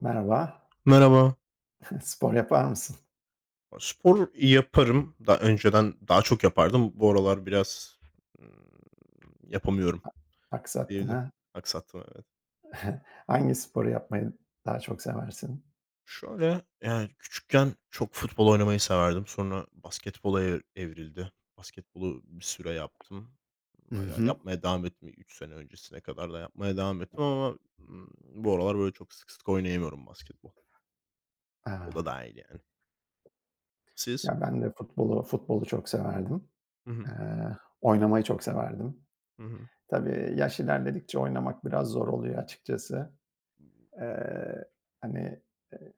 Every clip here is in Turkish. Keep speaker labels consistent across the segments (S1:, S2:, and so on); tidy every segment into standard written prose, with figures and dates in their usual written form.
S1: Merhaba.
S2: Merhaba.
S1: Spor yapar mısın?
S2: Spor yaparım. Daha önceden daha çok yapardım. Bu aralar biraz, ımm, yapamıyorum
S1: Aksattın
S2: diyebilirim.
S1: ha.
S2: Aksattım, evet.
S1: Hangi sporu yapmayı daha çok seversin?
S2: Şöyle, yani, küçükken çok futbol oynamayı severdim. Sonra basketbola evrildi. Basketbolu bir süre yaptım.
S1: Hı
S2: Hala
S1: hı.
S2: yapmaya devam ettim. 3 sene öncesine kadar da yapmaya devam ettim ama, bu aralar, böyle, çok sık sık oynayamıyorum basketbol. O
S1: Aaa,
S2: da dâhil yani. Siz?
S1: ya, ben de futbolu çok severdim.
S2: Hı hı.
S1: Oynamayı çok severdim.
S2: Hı hı.
S1: Tabii yaş ilerledikçe oynamak biraz zor oluyor açıkçası. Eee, hani, eee,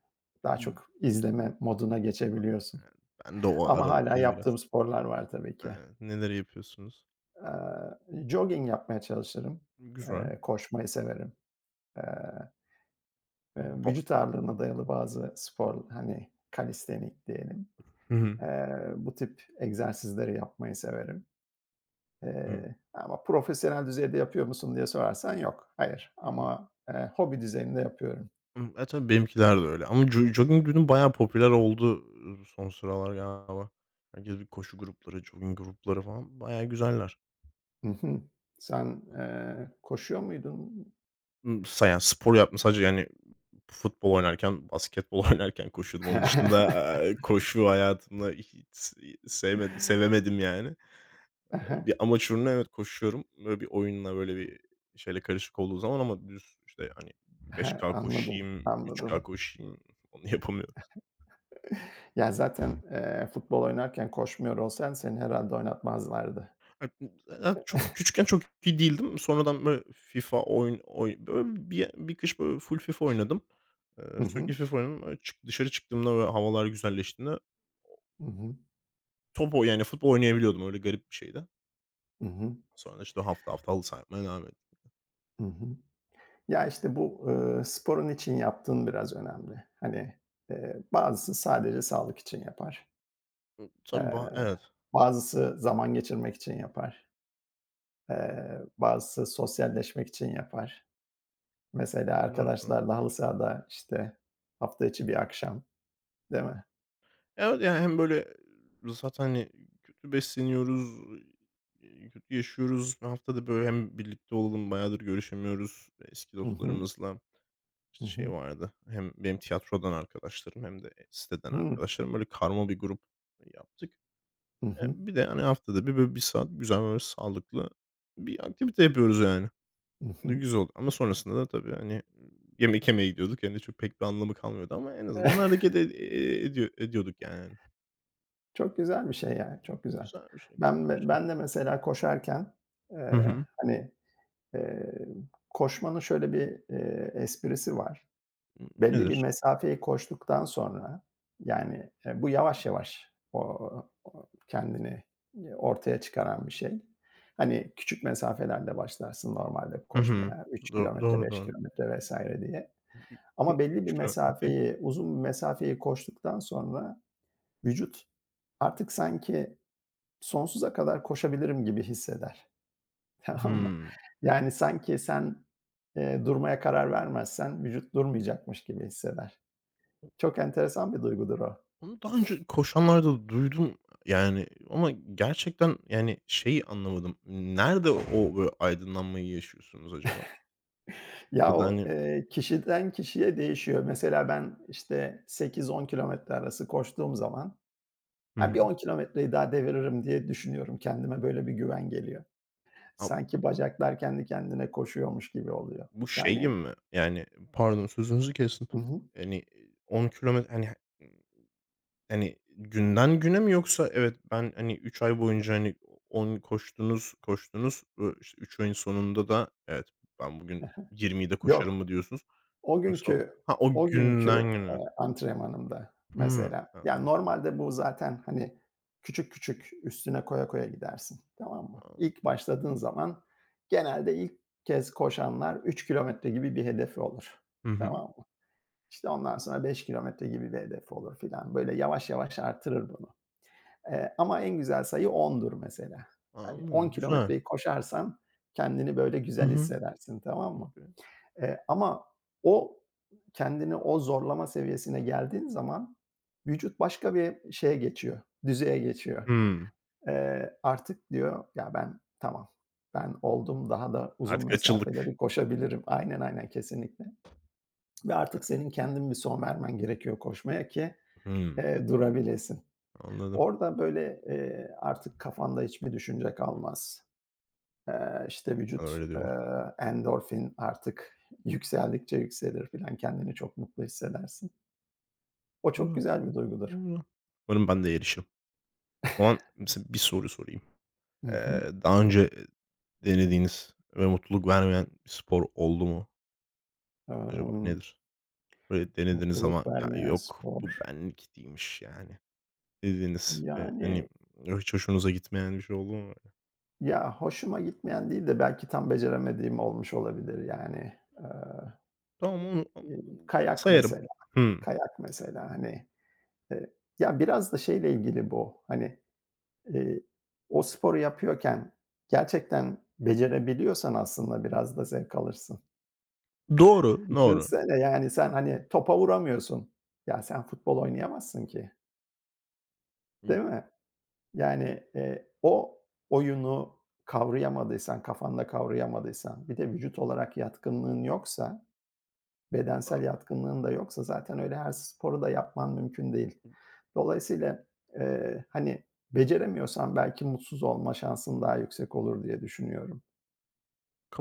S1: Daha çok izleme moduna geçebiliyorsun
S2: Ben de o
S1: ama hala
S2: aralıktayım biraz.
S1: yaptığım sporlar var tabii ki.
S2: Eee, neler yapıyorsunuz?
S1: Jogging yapmaya çalışırım.
S2: Güzel.
S1: Koşmayı severim. Eee
S2: Ba
S1: Vücut ağırlığına dayalı bazı spor, hani, kalistenik diyelim,
S2: Hı hı.
S1: bu tip egzersizleri yapmayı severim.
S2: Hı.
S1: Ama profesyonel düzeyde yapıyor musun diye sorarsan yok, hayır
S2: Hımm.
S1: ama, hobi düzeyinde yapıyorum.
S2: Hımm. E, tabii benimkiler de öyle ama jogging günü bayağı popüler oldu, son sıralar galiba. Herkes bir koşu grupları, jogging grupları falan bayağı güzeller.
S1: Hı hı. Sen, koşuyor muydun?
S2: Imm, sa yani spor yapma sadece yani futbol oynarken, basketbol oynarken koşuyordum. Onun dışında, koşu hayatımda hiç s sevmedim sevemedim yani.
S1: Hı
S2: Bir
S1: hı.
S2: amaç uğruna evet koşuyorum. Böyle bir oyunla, böyle bir şeyle karışık olduğu zaman ama düz işte, hani, 5K
S1: Anladım,
S2: koşayım, 3K
S1: anladım.
S2: koşayım, onu yapamıyorum.
S1: Ya, zaten, futbol oynarken koşmuyor olsan seni herhâlde oynatmazlardı.
S2: Ha, ben çok küçükken çok iyi değildim. Sonradan böyle FIFA oyun oy böyle bir kış böyle full FIFA oynadım.
S1: Hı
S2: Sürekli
S1: hı.
S2: FIFA oynadım. Böyle dışarı çıktığımda böyle havalar güzelleştiğinde
S1: Hı hı.
S2: top o yani futbol oynayabiliyordum. Öyle garip bir şeydi.
S1: Hı hı.
S2: Sonra işte hafta hafta halı saha yapmaya devam ettim.
S1: Hı hı. Ya, işte, bu, sporun için yaptığın biraz önemli. Hani, bazısı sadece sağlık için yapar.
S2: Tabii,
S1: Eee, Bazısı zaman geçirmek için yapar. Bazısı sosyalleşmek için yapar. Mesela
S2: evet.
S1: arkadaşlarla halı sahada, işte, hafta içi bir akşam, değil mi?
S2: Evet, yani hem böyle zaten, hani, kötü besleniyoruz, kötü yaşıyoruz. Bir haftada, böyle, hem birlikte olalım, bayağıdır görüşemiyoruz eski
S1: Hı hı.
S2: dostlarımızla.
S1: Hı
S2: İşte, şey
S1: hı.
S2: vardı, hem benim tiyatrodan arkadaşlarım hem de, siteden
S1: Hıı.
S2: arkadaşlarım, böyle, karma bir grup yaptık.
S1: Hı hı.
S2: Bir de, hani, haftada bir, böyle, bir saat güzel, böyle, sağlıklı bir aktivite yapıyoruz yani.
S1: Hı
S2: Ne
S1: hı.
S2: güzel oldu ama sonrasında da tabii, hani, yemek yemeye gidiyorduk. Yani, çok pek bir anlamı kalmıyordu ama en azından hareket ed ediyo ediyorduk yani.
S1: Çok güzel bir şey yani çok güzel.
S2: Güzelmiş, ne güzelmiş.
S1: Ben de mesela koşarken,
S2: Hı
S1: eee,
S2: hı.
S1: hani, eee, koşmanın şöyle bir, esprisi var. Belli bir
S2: Nedir?
S1: mesafeyi koştuktan sonra, yani, bu yavaş yavaş o kendini, ortaya çıkaran bir şey. Hani, küçük mesafelerde başlarsın normalde
S2: Hı hı.
S1: koşmaya, 3 kilometre,
S2: Doğru,
S1: 5
S2: doğru.
S1: kilometre vesaire diye. Ama belli bir
S2: 3 kilo, okay.
S1: mesafeyi, uzun bir mesafeyi koştuktan sonra vücut Artık sanki sonsuza kadar koşabilirim gibi hisseder, tamam mı?
S2: Hımm.
S1: Yani sanki sen, durmaya karar vermezsen vücut durmayacakmış gibi hisseder. Çok enteresan bir duygudur o.
S2: Onu daha önce koşanlarda duydum yani ama gerçekten, yani, şeyi anlamadım. Nerede o, böyle, aydınlanmayı yaşıyorsunuz acaba?
S1: Ya,
S2: Ya da,
S1: o,
S2: hani.
S1: kişiden kişiye değişiyor. Mesela ben, işte, sekiz on kilometre arası koştuğum zaman,
S2: Hı
S1: "Ha,
S2: hı.
S1: bir 10 kilometreyi daha deviririm." diye düşünüyorum. Kendime böyle bir güven geliyor.
S2: A,
S1: Sanki bacaklar kendi kendine koşuyormuş gibi oluyor.
S2: bu şey gibi
S1: Yani
S2: mi? Yani, pardon sözünüzü kestim.
S1: Hı hı.
S2: Hani, 10 kilometre, hani. Hani, günden güne mi yoksa evet, ben, hani, 3 ay boyunca, hani, on koştunuz, koştunuz, işte, 3 ayın sonunda da evet, ben bugün 20'yi de koşarım
S1: Yok.
S2: mı diyorsunuz?
S1: O
S2: Yoksa
S1: günkü
S2: ha, o
S1: O
S2: günden
S1: günkü,
S2: güne.
S1: antrenmanımda
S2: Hımm,
S1: mesela ya,
S2: anladım,
S1: normalde bu zaten, hani, küçük küçük üstüne koya koya gidersin, tamam mı? İlk
S2: anladım.
S1: başladığın zaman genelde ilk kez koşanlar 3 kilometre gibi bir hedefi olur,
S2: Hı hı,
S1: tamam mı? İşte, ondan sonra 5 kilometre gibi bir hedefi olur filan. Böyle yavaş yavaş artırır bunu. Ama en güzel sayı ondur mesela. Hani, 10
S2: anladım, güzel.
S1: kilometreyi koşarsan kendini böyle
S2: Hı
S1: güzel
S2: hı,
S1: hissedersin, tamam mı?
S2: okay.
S1: Ama o kendini o zorlama seviyesine geldiğin zaman vücut başka bir şeye geçiyor, düzeye geçiyor.
S2: Hımm,
S1: Artık diyor, "Ya, ben tamam, ben oldum, daha da uzun
S2: artık açıldık.
S1: mesafeleri koşabilirim." Aynen, aynen, kesinlikle ve artık senin kendin bir son vermen gerekiyor koşmaya ki,
S2: Hımm,
S1: durabilesin.
S2: anladım.
S1: Orada böyle, artık kafanda hiçbir düşünce kalmaz. İşte, vücut,
S2: Öyle diyorlar.
S1: endorfin artık yükseldikçe yükselir filan, kendini çok mutlu hissedersin. O çok
S2: Güzel,
S1: güzel bir duygudur.
S2: güzel. Umarım ben de erişirim. O zaman mesela bir soru sorayım.
S1: Hı hı.
S2: Daha önce denediğiniz ve mutluluk vermeyen bir spor oldu mu acaba?
S1: Emm,
S2: Nedir? Böyle denediniz
S1: Mutluluk
S2: ama "Ya,
S1: vermeyen
S2: yok,
S1: spor,
S2: bu benlik değilmiş." yani dediğiniz ve, hani,
S1: yani,
S2: hiç hoşunuza gitmeyen bir şey oldu mu?
S1: ya, hoşuma gitmeyen değil de belki tam beceremediğim olmuş olabilir, yani.
S2: Tamam, onu
S1: Kayak
S2: sayarım.
S1: mesela,
S2: Hımm.
S1: kayak mesela, hani, ya, biraz da şeyle ilgili bu, hani, eee, o sporu yapıyorken gerçekten becerebiliyorsan aslında biraz da zevk alırsın.
S2: Doğru, doğru.
S1: Düşünsene, yani, sen, hani, topa vuramıyorsun. Ya, sen futbol oynayamazsın ki,
S2: Imm,
S1: değil mi? Yani, o oyunu kavrayamadıysan, kafanda kavrayamadıysan, bir de vücut olarak yatkınlığın yoksa,
S2: a
S1: bedensel yatkınlığın da yoksa zaten öyle her sporu da yapman mümkün değil. Dolayısıyla, hani, beceremiyorsan belki mutsuz olma şansın daha yüksek olur diye düşünüyorum.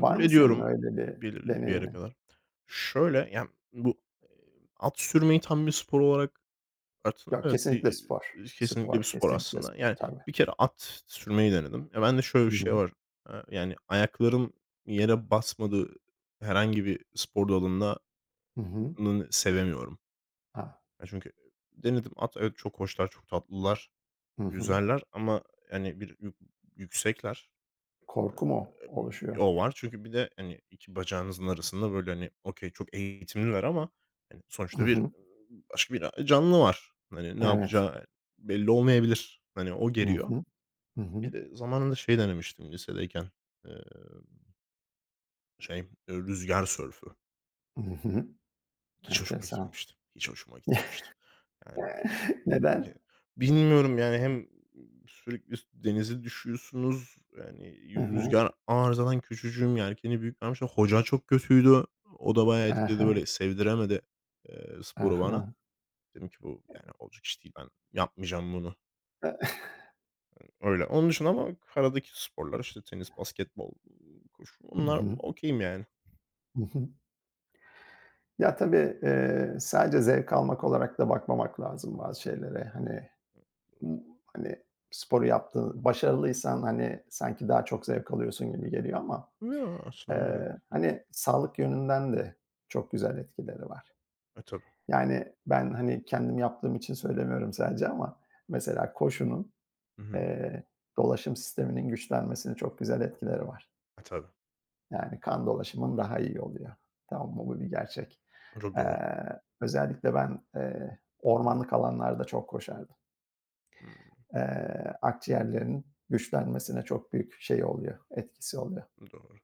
S1: Var mı senin
S2: ediyorum
S1: öyle bir
S2: belirli bir yere
S1: deneyimin?
S2: kadar. Şöyle, yani bu, at sürmeyi tam bir spor olarak. Aslında
S1: Yok,
S2: evet,
S1: kesinlikle
S2: bir,
S1: spor.
S2: kesinlikle bir
S1: Spor,
S2: spor
S1: kesinlikle
S2: aslında.
S1: spor.
S2: Yani,
S1: Tabii.
S2: bir kere at sürmeyi denedim. Ya, ben de şöyle bir
S1: Hı
S2: şey
S1: hı.
S2: var, yani, ayaklarım yere basmadığı herhangi bir spor dalında
S1: Hı hı.
S2: sevemiyorum.
S1: Ha.
S2: Ya, çünkü denedim at, evet, çok hoşlar, çok tatlılar,
S1: Hı hı.
S2: güzeller ama, yani, bir yük yüksekler
S1: Korku mu oluşuyor?
S2: o var çünkü bir de, hani, 2 bacağınızın arasında, böyle, hani, okay, çok eğitimliler ama, hani,
S1: Hı
S2: sonuçta bir,
S1: hı.
S2: başka bir, canlı var. Hani, ne
S1: Evet.
S2: yapacağı belli olmayabilir. Hani, o
S1: Hı
S2: geriyor.
S1: hı. Hı
S2: Bir
S1: hı.
S2: de zamanında şey denemiştim lisedeyken, eee, rüzgâr sörfü.
S1: Hı hı.
S2: Hiç hoşuma
S1: Enteresan.
S2: gitmemişti. Hiç hoşuma gitmemişti. Yani Ge
S1: Neden?
S2: bilmiyorum, yani, hem sürekli denize düşüyorsunuz, yani,
S1: Hı hı.
S2: rüzgâr arızadan küçücüğüm, yelkeni büyük vermişler. Hoca çok kötüydü. O da bayağı
S1: Hı
S2: etkiledi,
S1: hı.
S2: böyle, sevdiremedi,
S1: Hı
S2: sporu bana.
S1: hı.
S2: Dedim ki bu, yani, olacak iş değil. Ben yapmayacağım bunu. Öyle. Onun dışında ama karadaki sporlar, işte, tenis, basketbol, koşu
S1: Hı
S2: onlar
S1: hı.
S2: okay'im, yani.
S1: Ya, tabii, sadece zevk almak olarak da bakmamak lazım bazı şeylere. Hani, ımm, hani, sporu yaptığın başarılıysan, hani, sanki daha çok zevk alıyorsun gibi geliyor ama,
S2: Ya aslında öyle de değil ama
S1: hani, sağlık yönünden de çok güzel etkileri var.
S2: E, tabii.
S1: Yani, ben, hani, kendim yaptığım için söylemiyorum sadece ama mesela koşunun,
S2: Hı hı.
S1: eee, dolaşım sisteminin güçlenmesini çok güzel etkileri var.
S2: E, tabii.
S1: Yani, kan dolaşımın daha iyi oluyor. Tamam mı? Bu bir gerçek.
S2: Çok doğru.
S1: Özellikle ben, ormanlık alanlarda çok koşardım.
S2: Hımm.
S1: Akciğerlerin güçlenmesine çok büyük şey oluyor, etkisi oluyor.
S2: Doğru.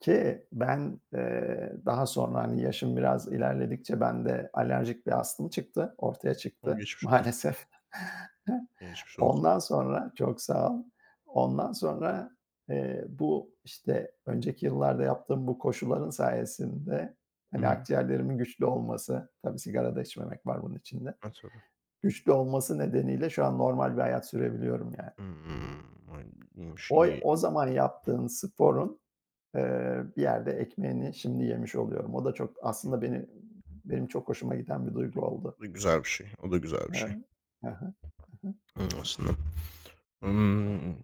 S1: Ki ben, daha sonra, hani, yaşım biraz ilerledikçe bende alerjik bir astım çıktı, ortaya
S2: Ama
S1: çıktı
S2: geçmiş olsun.
S1: maalesef.
S2: Geçmiş olsun.
S1: Ondan sonra Çok sağ ol. Ondan sonra, bu, işte, önceki yıllarda yaptığım bu koşuların sayesinde,
S2: Hı
S1: hani,
S2: hı.
S1: akciğerlerimin güçlü olması, tabii sigara da içmemek var bunun içinde,
S2: E, tabii.
S1: güçlü olması nedeniyle şu an normal bir hayat sürebiliyorum yani.
S2: Hımm. Ay, iyiymiş,
S1: O
S2: iyi.
S1: o zaman yaptığın sporun bir yerde ekmeğini şimdi yemiş oluyorum. O da çok aslında benim çok hoşuma giden bir duygu oldu.
S2: O da güzel bir şey, o da güzel bir
S1: Evet.
S2: şey,
S1: Hıı. Hı hı.
S2: aslında. Imm,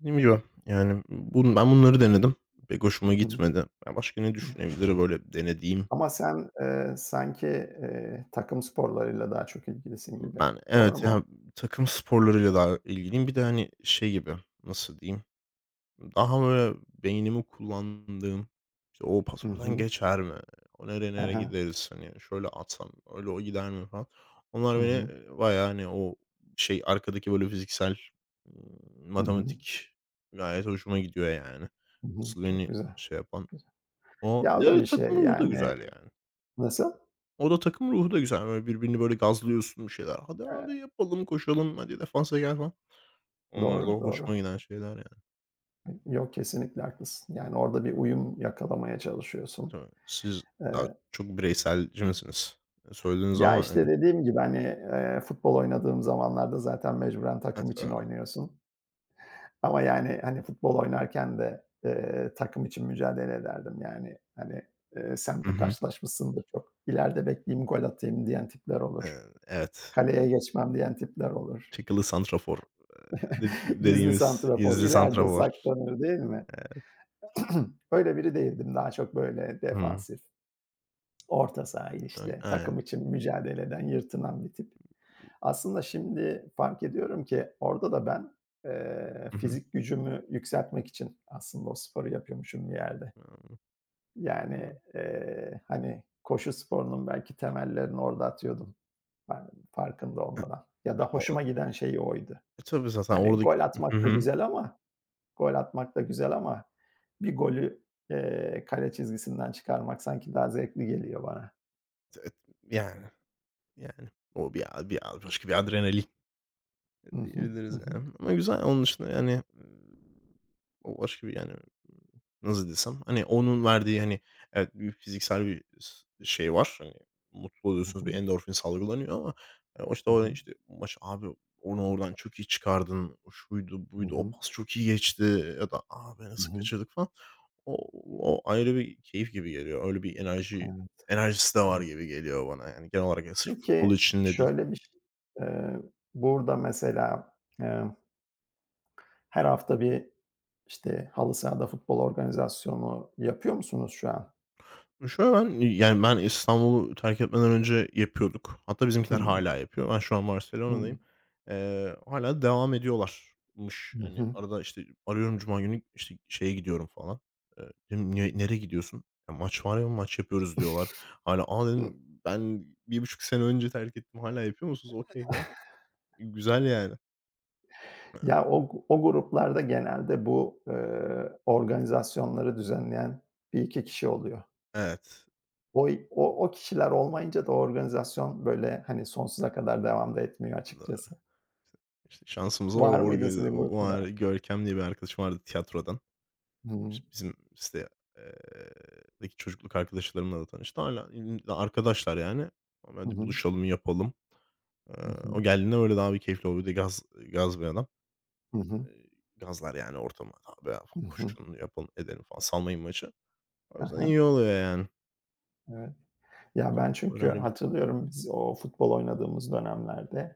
S2: dediğim gibi, yani, ben bunları denedim. Pek
S1: Hı
S2: hoşuma
S1: hı.
S2: gitmedi. Ya, başka ne
S1: Hı hı.
S2: düşünebilirim böyle denediğim?
S1: Ama sen, sanki, takım sporlarıyla daha çok ilgilisin gibi.
S2: Ben
S1: Doğru
S2: evet,
S1: mu?
S2: ya, takım sporlarıyla daha ilgiliyim. Bir de, hani, şey gibi, nasıl diyeyim? Daha böyle beynimi kullandığım, işte, "O pas
S1: Hı
S2: oradan
S1: hı.
S2: geçer mi? O nereye
S1: He
S2: nereye
S1: he.
S2: gideriz? Hani, şöyle atsam öyle o gider mi?" falan. Onlar
S1: Hı
S2: beni,
S1: hı.
S2: bayağı, hani, o şey arkadaki böyle fiziksel,
S1: Hı hı.
S2: matematik gayet hoşuma gidiyor yani.
S1: Hı hı.
S2: Asıl
S1: Çok
S2: beni
S1: güzel,
S2: şey yapan
S1: güzel.
S2: o.
S1: Ya, o
S2: Ya,
S1: da
S2: bir
S1: bir şey
S2: takım ruhu da
S1: yani.
S2: güzel yani.
S1: Nasıl?
S2: O da takım ruhu da güzel. Böyle birbirini böyle gazlıyorsun bir şeyler. "Hadi
S1: Eee,
S2: abi yapalım, koşalım, hadi defansa gel." falan. Onlar da
S1: doğru, doğru.
S2: hoşuma giden şeyler yani.
S1: Yok, kesinlikle haklısın. Yani orada bir uyum yakalamaya çalışıyorsun.
S2: Tabii. Siz daha
S1: Eee
S2: çok bireyselci misiniz? Söylediniz
S1: Ya,
S2: ama,
S1: işte,
S2: hani.
S1: dediğim gibi, hani, futbol oynadığım zamanlarda zaten mecburen takım
S2: Evet,
S1: için
S2: abi.
S1: oynuyorsun ama, yani, hani, futbol oynarken de, takım için mücadele ederdim. Yani, hani, sen
S2: Hı
S1: de
S2: hı.
S1: karşılaşmışsındır çok. "İleride bekleyeyim, gol atayım." diyen tipler olur.
S2: Evet.
S1: "Kaleye geçmem." diyen tipler olur.
S2: Çakılı santrafor, dedi
S1: Gizli
S2: dediğimiz
S1: santrafor,
S2: gizli
S1: ileride
S2: santrafor.
S1: saklanır, değil mi?
S2: Eee,
S1: Öyle biri değildim. Daha çok, böyle,
S2: hımm.
S1: defansif, orta saha,
S2: Ay
S1: işte,
S2: aynen.
S1: takım için mücadele eden, yırtınan bir tip. Aslında şimdi fark ediyorum ki orada da ben,
S2: Hı hı.
S1: fizik gücümü yükseltmek için aslında o sporu yapıyormuşum bir yerde.
S2: Anladım.
S1: Yani, hani, koşu sporunun belki temellerini orada atıyordum ben farkında olmadan ya da
S2: O
S1: hoşuma giden şey oydu.
S2: e, tabii zaten
S1: Hani,
S2: oradaki.
S1: gol atmak
S2: Hı
S1: da
S2: hı.
S1: güzel ama Gol atmak da güzel ama bir golü, kale çizgisinden çıkarmak sanki daha zevkli geliyor bana.
S2: T yani, yani. O bir a bir a başka bir adrenalin.
S1: Hı hı. Hı
S2: Diyebiliriz
S1: hı.
S2: yani ama güzel. Onun dışında yani, o başka bir yani, nasıl desem, hani, onun verdiği, hani, evet, bir fiziksel bir s şey var. Hani, mutlu
S1: Hı
S2: oluyorsunuz, bir
S1: hı.
S2: endorfin salgılanıyor ama, o, işte,
S1: Hı
S2: o,
S1: hı.
S2: işte, maç abi onu oradan çok iyi çıkardın, o şuydu,
S1: Hı
S2: buydu, o
S1: hı.
S2: pas çok iyi geçti ya da abi
S1: Hı
S2: nasıl
S1: hı.
S2: kaçırdık falan. O o ayrı bir keyif gibi geliyor. Öyle bir
S1: Evet,
S2: enerjisi de var
S1: evet.
S2: gibi geliyor bana yani genel olarak. Yani sırf
S1: Peki,
S2: futbol için de değil.
S1: şöyle bir şey, eee, burada mesela, eee, her hafta bir, işte, halı sahada futbol organizasyonu yapıyor musunuz şu an?
S2: Şöyle ben, yani, ben İstanbul'u terk etmeden önce yapıyorduk. Hatta bizimkiler
S1: Hımm.
S2: hala yapıyor. Ben şu an Barcelona'dayım.
S1: Hımm.
S2: Hala devam ediyorlarmış.
S1: Hı
S2: Hani,
S1: hı.
S2: arada, işte, arıyorum cuma günü, işte, şeye gidiyorum falan. Eee, diyorum, "Niye nereye gidiyorsun?" "Ya, maç var ya, maç yapıyoruz." diyorlar. Hala "A!" dedim, "Ben 1,5 sene önce terk ettim. Hala yapıyor musunuz?" Okey ya. Güzel yani.
S1: Ya, o gruplarda genelde bu, organizasyonları düzenleyen bir iki kişi oluyor.
S2: Evet.
S1: O kişiler olmayınca da o organizasyon, böyle, hani, sonsuza kadar devam da etmiyor
S2: Doğru.
S1: açıkçası.
S2: İşte, şansımıza
S1: Var
S2: o
S1: mıydı
S2: organize.
S1: sizin
S2: O
S1: grupta
S2: var.
S1: da?
S2: Görkem diye bir arkadaşım vardı tiyatrodan.
S1: Hı hı.
S2: İşte, bizim site eee, deki çocukluk arkadaşlarımla da tanıştım. Hala arkadaşlar yani. Ama
S1: Hı
S2: hadi
S1: hı.
S2: buluşalım, yapalım. Eee,
S1: Hı hı.
S2: o geldiğinde öyle daha bir keyifli oluyor. Bir de gaz bir adam.
S1: Hı hı.
S2: Gazlar yani ortamı. Abi ya
S1: Hı hı.
S2: koşun, yapalım, edelim falan. Salmayın maçı. O
S1: Hı
S2: yüzden
S1: hı.
S2: iyi oluyor yani.
S1: Evet. Ya,
S2: Hı,
S1: ben çünkü
S2: önemli bir
S1: hatırlıyorum biz o futbol oynadığımız dönemlerde,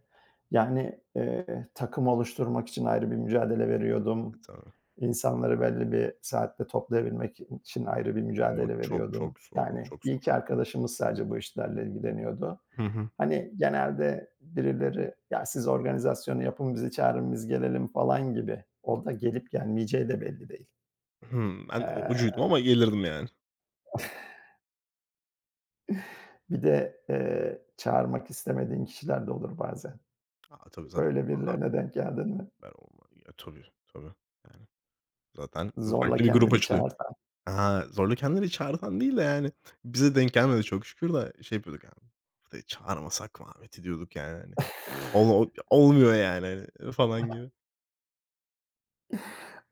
S1: yani, takım oluşturmak için ayrı bir mücadele veriyordum.
S2: tabii.
S1: İnsanları belli bir saatte toplayabilmek için ayrı bir
S2: O
S1: mücadele
S2: çok
S1: veriyordum.
S2: çok zor, o
S1: Yani,
S2: çok zor.
S1: iyi ki arkadaşımız sadece bu işlerle ilgileniyordu.
S2: Hı hı.
S1: Hani, genelde birileri, "Ya, siz organizasyonu yapın, bizi çağırın, biz gelelim." falan gibi. Orada gelip gelmeyeceği de belli değil.
S2: Hımm, ben o ucuydum
S1: Eee,
S2: ama gelirdim yani.
S1: Bir de, çağırmak istemediğin kişiler de olur bazen.
S2: A, tabii zaten.
S1: Böyle
S2: A,
S1: birilerine denk geldin mi?
S2: haber olma. Ya, tabii, tabii. Yani zaten
S1: Zorla
S2: farklı bir grup
S1: kendini
S2: açılıyor.
S1: çağırtan.
S2: Ha, zorla kendileri çağıran değil de, yani, bize denk gelmedi çok şükür de şey yapıyorduk, yani, "Haftaya çağırmasak mı Ahmet'i?" diyorduk, yani, hani. Olmuyor, yani, hani, falan gibi.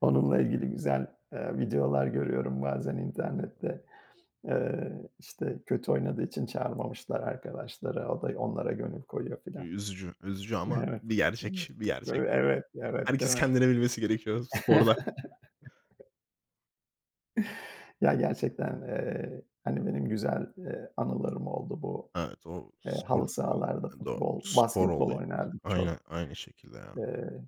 S1: Onunla ilgili güzel, videolar görüyorum bazen internette. İşte kötü oynadığı için çağırmamışlar arkadaşları. O da onlara gönül koyuyor filan.
S2: Üzücü, üzücü ama
S1: Evet.
S2: bir gerçek,
S1: Evet.
S2: bir gerçek.
S1: Böyle evet, değil
S2: Herkes
S1: mi?
S2: kendini bilmesi gerekiyor sporda.
S1: Ya, gerçekten, hani, benim güzel, anılarım oldu bu.
S2: Evet, o
S1: Halı
S2: spor
S1: sahalarda
S2: olayı doğru.
S1: futbol,
S2: Spor
S1: basketbol
S2: olayı.
S1: oynardık
S2: Aynen,
S1: çok.
S2: aynı şekilde ya.
S1: Eee,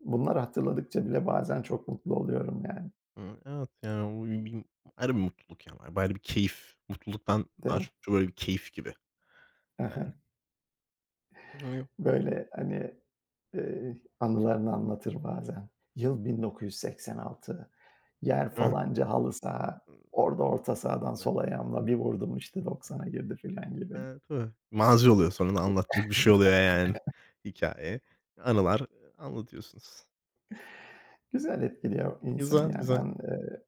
S1: Bunları hatırladıkça bile bazen çok mutlu oluyorum yani.
S2: Evet, yani, o bir ayrı bir mutluluk, yani, ayrı bir keyif. Mutluluktan
S1: Değil
S2: daha
S1: mi?
S2: çok böyle bir keyif gibi, yani. Hı,
S1: Böyle, hani, anılarını anlatır bazen. Yıl 1986, yer
S2: hı.
S1: falanca halı saha, orada orta sahadan sol ayağımla bir vurdum, işte, 90'a girdi filan gibi.
S2: Tabii. Mazi oluyor sonunda anlatacak bir şey oluyor yani hikaye. Anılar, anlatıyorsunuz.
S1: Güzel etkiliyor
S2: Güzel,
S1: insanı ya.
S2: güzel.
S1: Ben,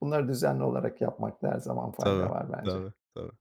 S1: bunları düzenli olarak yapmakta her zaman fayda
S2: Tabii,
S1: var bence.
S2: tabii, tabii.